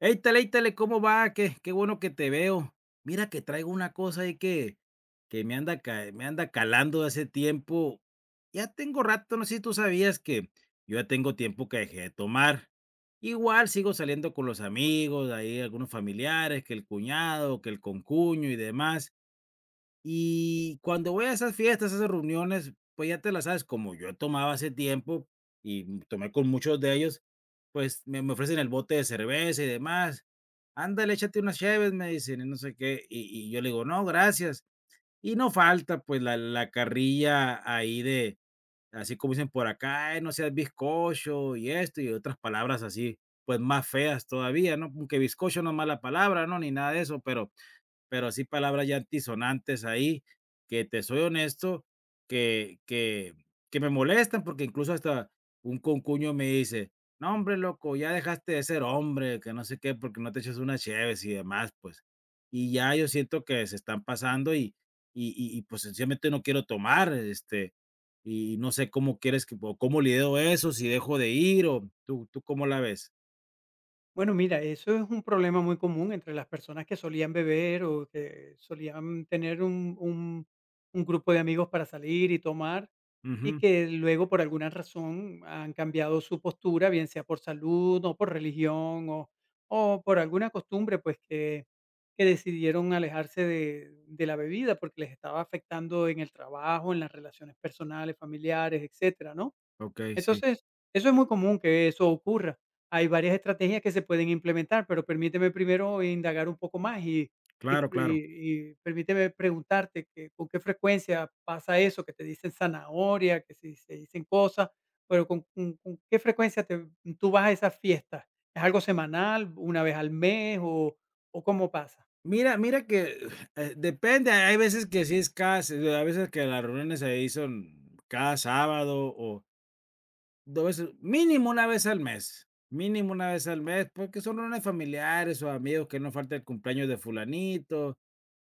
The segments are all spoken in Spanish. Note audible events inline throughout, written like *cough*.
Éitale, éitale, ¿cómo va? Qué bueno que te veo. Mira que traigo una cosa ahí que me anda calando de hace tiempo. Ya tengo rato, no sé si tú sabías que yo ya tengo tiempo que dejé de tomar. Igual sigo saliendo con los amigos, ahí algunos familiares, que el cuñado, que el concuño y demás. Y cuando voy a esas fiestas, a esas reuniones, pues ya te las sabes, como yo tomaba hace tiempo y tomé con muchos de ellos, pues me ofrecen el bote de cerveza y demás. Ándale, échate unas cheves, me dicen, y no sé qué. Y yo le digo, no, gracias. Y no falta, pues, la carrilla ahí de, así como dicen por acá: "Ay, no seas bizcocho" y esto y otras palabras así, pues más feas todavía, ¿no? Aunque bizcocho no es mala palabra, ¿no? Ni nada de eso, pero sí palabras ya antisonantes ahí, que te soy honesto, que que que me molestan, porque incluso hasta un concuño me dice: "No, hombre, loco, ya dejaste de ser hombre, que no sé qué, porque no te echas unas cheves", y demás, pues. Y ya yo siento que se están pasando y, pues, sencillamente no quiero tomar, este, y no sé cómo quieres que o cómo lidero eso, si dejo de ir, o, ¿tú cómo la ves? Bueno, mira, eso es un problema muy común entre las personas que solían beber o que solían tener un grupo de amigos para salir y tomar y Ujú. que luego por alguna razón han cambiado su postura, bien sea por salud o por religión o por alguna costumbre, pues que decidieron alejarse de la bebida porque les estaba afectando en el trabajo, en las relaciones personales, familiares, etcétera, ¿no? Okey, sí. Entonces, eso es muy común que eso ocurra. Hay varias estrategias que se pueden implementar, pero permíteme primero indagar un poco más y, y- Claro, claro. y- y permíteme preguntarte que con qué frecuencia pasa eso, que te dicen zanahoria, que se dicen cosas, pero con qué frecuencia tú vas a esas fiestas. ¿Es algo semanal, una vez al mes o cómo pasa? Mira mira que, depende, hay veces que sí es cada se a veces que las reuniones se son cada sábado o 2 veces, mínimo una vez al mes, mínimo una vez al mes, porque son reuniones familiares o amigos que no falta el cumpleaños de fulanito,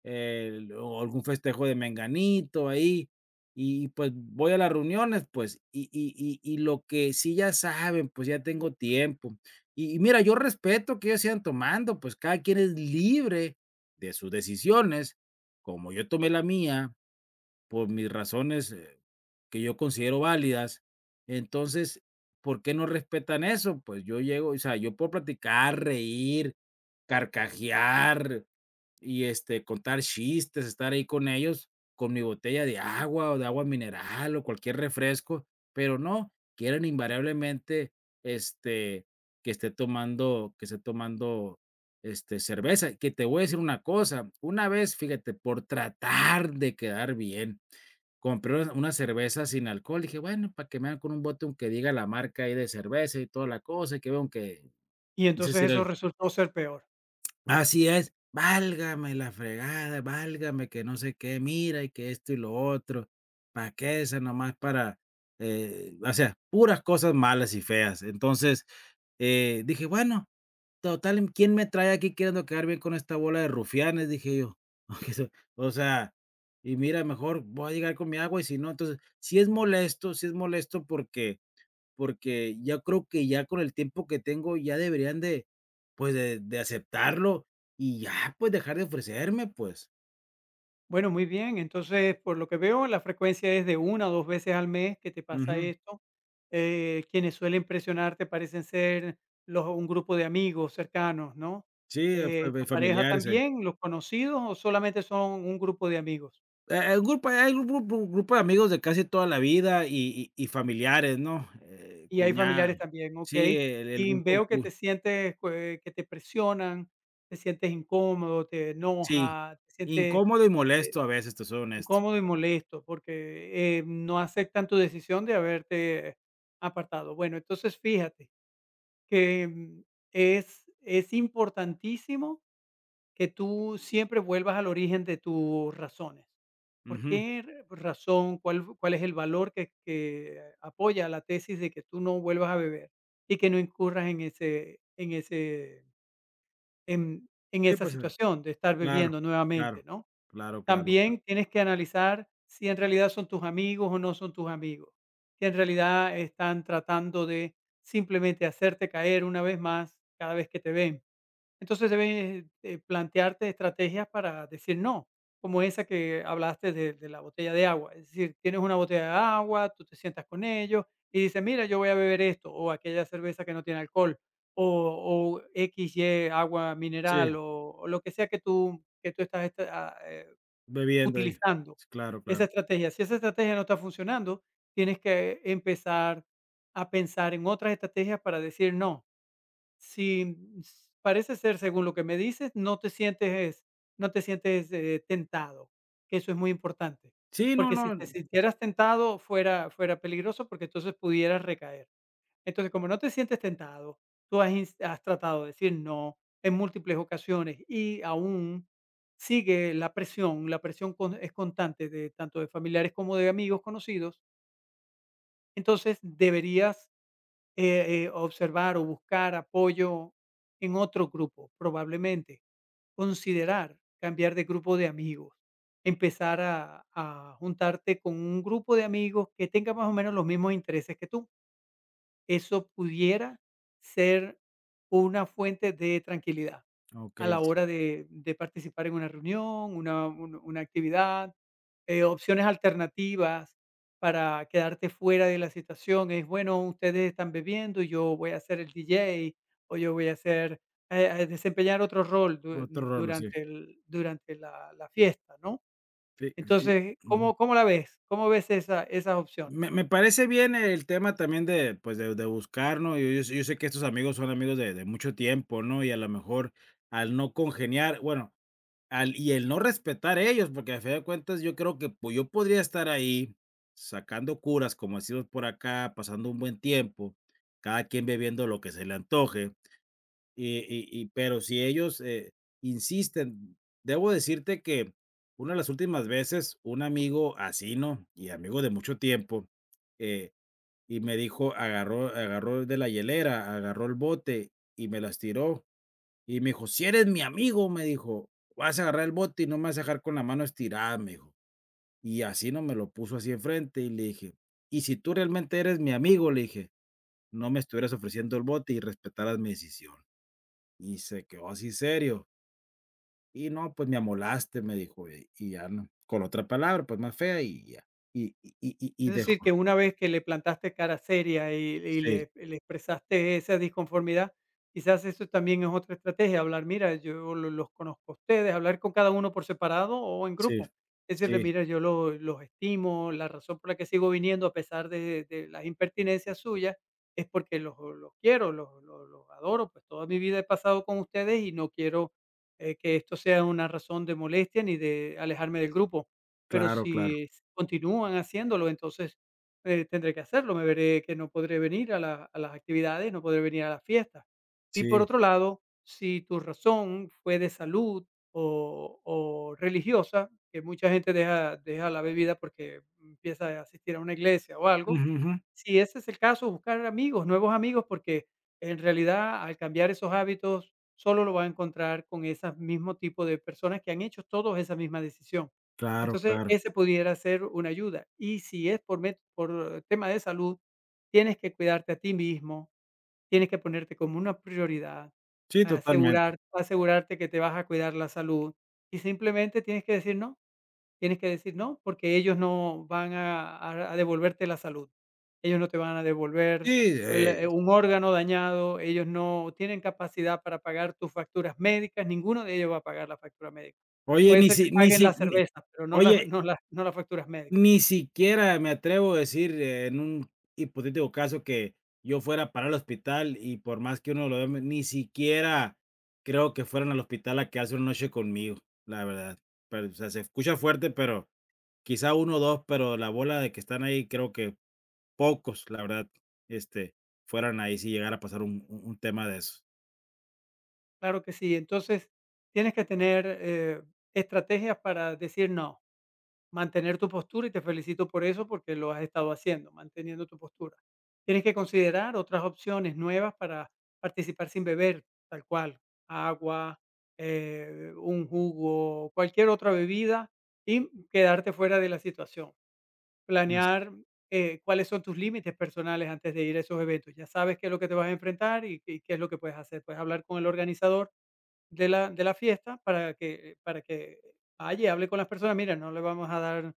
el o algún festejo de menganito ahí, y pues voy a las reuniones, pues, lo que sí ya saben, pues, ya tengo tiempo. Mira, yo respeto que ellos sigan tomando, pues, cada quien es libre de sus decisiones, como yo tomé la mía, por mis razones, que yo considero válidas. Entonces, ¿por qué no respetan eso? Pues yo llego, o sea, yo puedo platicar, reír, carcajear y este, contar chistes, estar ahí con ellos, con mi botella de agua o de agua mineral o cualquier refresco, pero no, quieren invariablemente este, que esté tomando este, cerveza. Que te voy a decir una cosa, una vez, fíjate, por tratar de quedar bien compré una cerveza sin alcohol, dije: "Bueno, para que me hagan con un bote, aunque diga la marca ahí de cerveza y toda la cosa, y que vean que Y dice entonces si era eso el". resultó ser peor. Así es. Válgame la fregada, válgame que no sé qué, mira, y que esto y lo otro. ¿Para qué? Esa nomás para, o sea, puras cosas malas y feas. Entonces, dije: "Bueno". Total, ¿quién me trae aquí queriendo quedar bien con esta bola de rufianes? Dije yo. *laughs* Que se- O sea, y mira, mejor voy a llegar con mi agua y si no, entonces, si es molesto, si es molesto porque porque ya creo que ya con el tiempo que tengo ya deberían de, pues, de aceptarlo y ya, pues, dejar de ofrecerme, pues. Bueno, muy bien. Entonces, por lo que veo, la frecuencia es de una o 2 veces al mes que te pasa Ujú. esto. Quienes suelen presionarte parecen ser los un grupo de amigos cercanos, ¿no? Sí, fa de ¿Tu pareja familiares, sí. Eh. también, los conocidos o solamente son un grupo de amigos? El grupo hay un grupo de amigos de casi toda la vida y familiares, ¿no? Y hay Cuñada. familiares también, ¿ok? Sí, el Y un veo que concu. te sientes, pues, que te presionan, te sientes incómodo, te Sí, enoja, te sientes incómodo y molesto a veces, te soy honesto. incómodo y molesto porque, no aceptan tu decisión de haberte apartado. Bueno, entonces fíjate que, es importantísimo que tú siempre vuelvas al origen de tus razones. ¿Por Ujú. qué r razón? ¿Cuál f cuál es el valor que apoya la tesis de que tú no vuelvas a beber y que no incurras en ese en Sí, esa pues, situación de estar claro, bebiendo nuevamente, claro, no? claro, claro, claro. También tienes que analizar si en realidad son tus amigos o no son tus amigos, que en realidad están tratando de simplemente hacerte caer una vez más cada vez que te ven. Entonces debes plantearte estrategias para decir no, como esa que hablaste de la botella de agua. Es decir, tienes una botella de agua, tú te sientas con ellos y dices, mira, yo voy a beber esto o aquella cerveza que no tiene alcohol o X y agua Sí, mineral o lo que sea que tú estás bebiendo ahí. utilizando Sí, claro, esa claro. estrategia. Si esa estrategia no está funcionando, tienes que empezar a pensar en otras estrategias para decir no. Si parece ser según lo que me dices, no te sientes tentado, que eso es muy importante. Sí, no, Porque si no. te sintieras tentado, fuera peligroso, porque entonces pudieras recaer. Entonces, como no te sientes tentado, has tratado de decir no en múltiples ocasiones y aún sigue la presión, es constante de tanto de familiares como de amigos conocidos, entonces deberías observar o buscar apoyo en otro grupo, probablemente considerar cambiar de grupo de amigos, empezar a juntarte con un grupo de amigos que tenga más o menos los mismos intereses que tú. Eso pudiera ser una fuente de tranquilidad a Okey, la sí. hora de participar en una reunión, una actividad, opciones alternativas para quedarte fuera de la situación. Es, bueno, ustedes están bebiendo y yo voy a ser el DJ o yo voy a hacer a desempeñar otro rol du Otro rolo, sí. durante el durante la la fiesta, ¿no? Fi fi Entonces, ujú. ¿Cómo la ves? ¿Cómo ves esas opciones? Me parece bien el tema también de, pues, de buscar, ¿no? Yo sé que estos amigos son amigos de mucho tiempo, ¿no? Y a lo mejor al no congeniar, bueno. Al y el no respetar ellos, porque a fin de cuentas yo creo que, pues, yo podría estar ahí sacando curas, como decimos por acá, pasando un buen tiempo, cada quien bebiendo lo que se le antoje, pero si ellos, insisten, debo decirte que una de las últimas veces, un amigo así, ¿no? Y amigo de mucho tiempo, eh, y me dijo agarró de la hielera, agarró el bote y me las tiró. Y me dijo: "Si eres mi amigo", me dijo, "vas a agarrar el bote y no me vas a dejar con la mano estirada", me dijo. Y así, ¿no? Me lo puso así enfrente y le dije: "Y si tú realmente eres mi amigo", le dije, "no me estuvieras ofreciendo el bote y respetaras mi decisión". Y se quedó así serio. "Y no, pues me amolaste", me dijo, ya, ¿no? Con otra palabra, pues, más fea y ya. Es Dejó. decir, que una vez que le plantaste cara seria y Sí, le expresaste esa disconformidad, quizás eso también es otra estrategia, hablar, mira, yo lo los conozco a ustedes, hablar con cada uno por separado o en sí, grupo. Decirle, sí, mira, yo lo los estimo, la razón por la que sigo viniendo a pesar de las impertinencias suyas es porque los quiero, los adoro, pues toda mi vida he pasado con ustedes y no quiero, que esto sea una razón de molestia ni de alejarme del grupo. Pero claro, claro. si continúan haciéndolo, entonces, tendré que hacerlo, me veré que no podré venir a las actividades, no podré venir a las fiestas. Y por Sí. otro lado, si tu razón fue de salud o religiosa, que mucha gente deja la bebida porque empieza a asistir a una iglesia o algo, Ujú, ujú. si ese es el caso, buscar amigos, nuevos amigos, porque en realidad al cambiar esos hábitos solo lo va a encontrar con ese mismo tipo de personas que han hecho todos esa misma decisión. Claro, Entonces, claro. ese pudiera ser una ayuda. Y si es por, por tema de salud, tienes que cuidarte a ti mismo, tienes que ponerte como una prioridad, Sí, totalmente. Asegurarte que te vas a cuidar la salud y simplemente tienes que decir no. Tienes que decir no, porque ellos no van a devolverte la salud. Ellos no te van a devolver Sí, el, eh. Un órgano dañado, ellos no tienen capacidad para pagar tus facturas médicas, ninguno de ellos va a pagar la factura médica. Oye, Puede ni ser si que ni paguen si las ni cervezas, pero oye, no las facturas médicas. ni siquiera me atrevo a decir en un hipotético caso que yo fuera para el hospital y por más que uno lo vea, ni siquiera creo que fueran al hospital a quedarse una noche conmigo, la verdad. Pero, o sea, se escucha fuerte, pero quizá uno o 2, pero la bola de que están ahí, creo que pocos, la verdad, este, fueran ahí si llegara a pasar un tema de esos. Claro que sí. Entonces, tienes que tener, estrategias para decir no. Mantener tu postura y te felicito por eso porque lo has estado haciendo, manteniendo tu postura. Tienes que considerar otras opciones nuevas para participar sin beber, tal cual, agua, un jugo, cualquier otra bebida y quedarte fuera de la situación. Planear cuáles son tus límites personales antes de ir a esos eventos. Ya sabes qué es lo que te vas a enfrentar y qué es lo que puedes hacer. Puedes hablar con el organizador de la fiesta para que vaya y hable con las personas. Mira, no le vamos a dar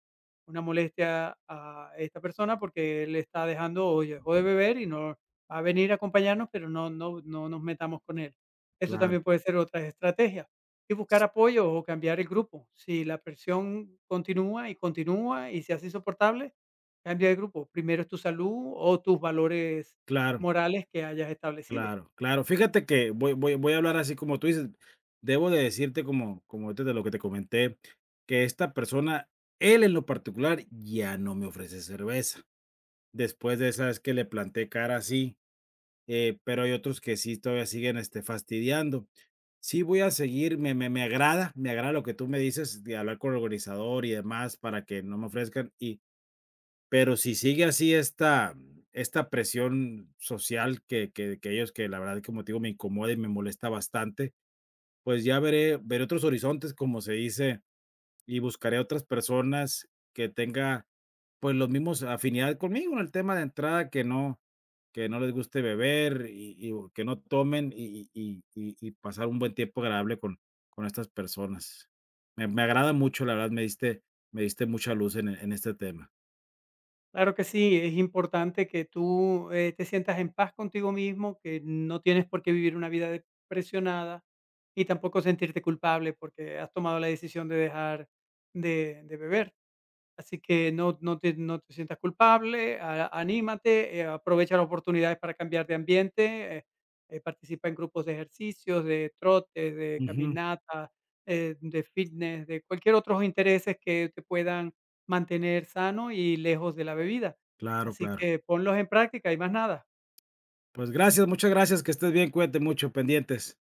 una molestia a esta persona porque él está dejando o dejó de beber y no va a venir a acompañarnos, pero no nos metamos con él. Eso Claro, también puede ser otra estrategia. Y buscar apoyo o cambiar el grupo. Si la presión continúa y continúa y se hace insoportable, cambia de grupo. Primero es tu salud o tus valores claro. morales que hayas establecido. Claro, claro. Fíjate que voy a hablar así como tú dices. Debo de decirte, como como ahorita de lo que te comenté, que esta persona, él en lo particular, ya no me ofrece cerveza. Después de esa vez que le planté cara así, pero hay otros que sí todavía siguen, este, fastidiando. Sí voy a seguir, me agrada lo que tú me dices de hablar con el organizador y demás para que no me ofrezcan, y pero si sigue así esta esta presión social que ellos que la verdad, como te digo, me incomoda y me molesta bastante, pues ya veré otros horizontes, como se dice, y buscaré otras personas que tenga, pues, los mismos afinidad conmigo en el tema de entrada, que no les guste beber o que no tomen pasar un buen tiempo agradable con estas personas. Me agrada mucho, la verdad, me diste mucha luz en este tema. Claro que sí, es importante que tú, te sientas en paz contigo mismo, que no tienes por qué vivir una vida de presionada y tampoco sentirte culpable porque has tomado la decisión de dejar de beber. Así que no te sientas culpable, a anímate, aprovecha las oportunidades para cambiar de ambiente, participa en grupos de ejercicios, de trotes, de caminata, de fitness, de cualquier otros intereses que te puedan mantener sano y lejos de la bebida. Claro, Así claro. que ponlos en práctica y más nada. Pues gracias, muchas gracias, que estés bien, cuídate mucho, pendientes.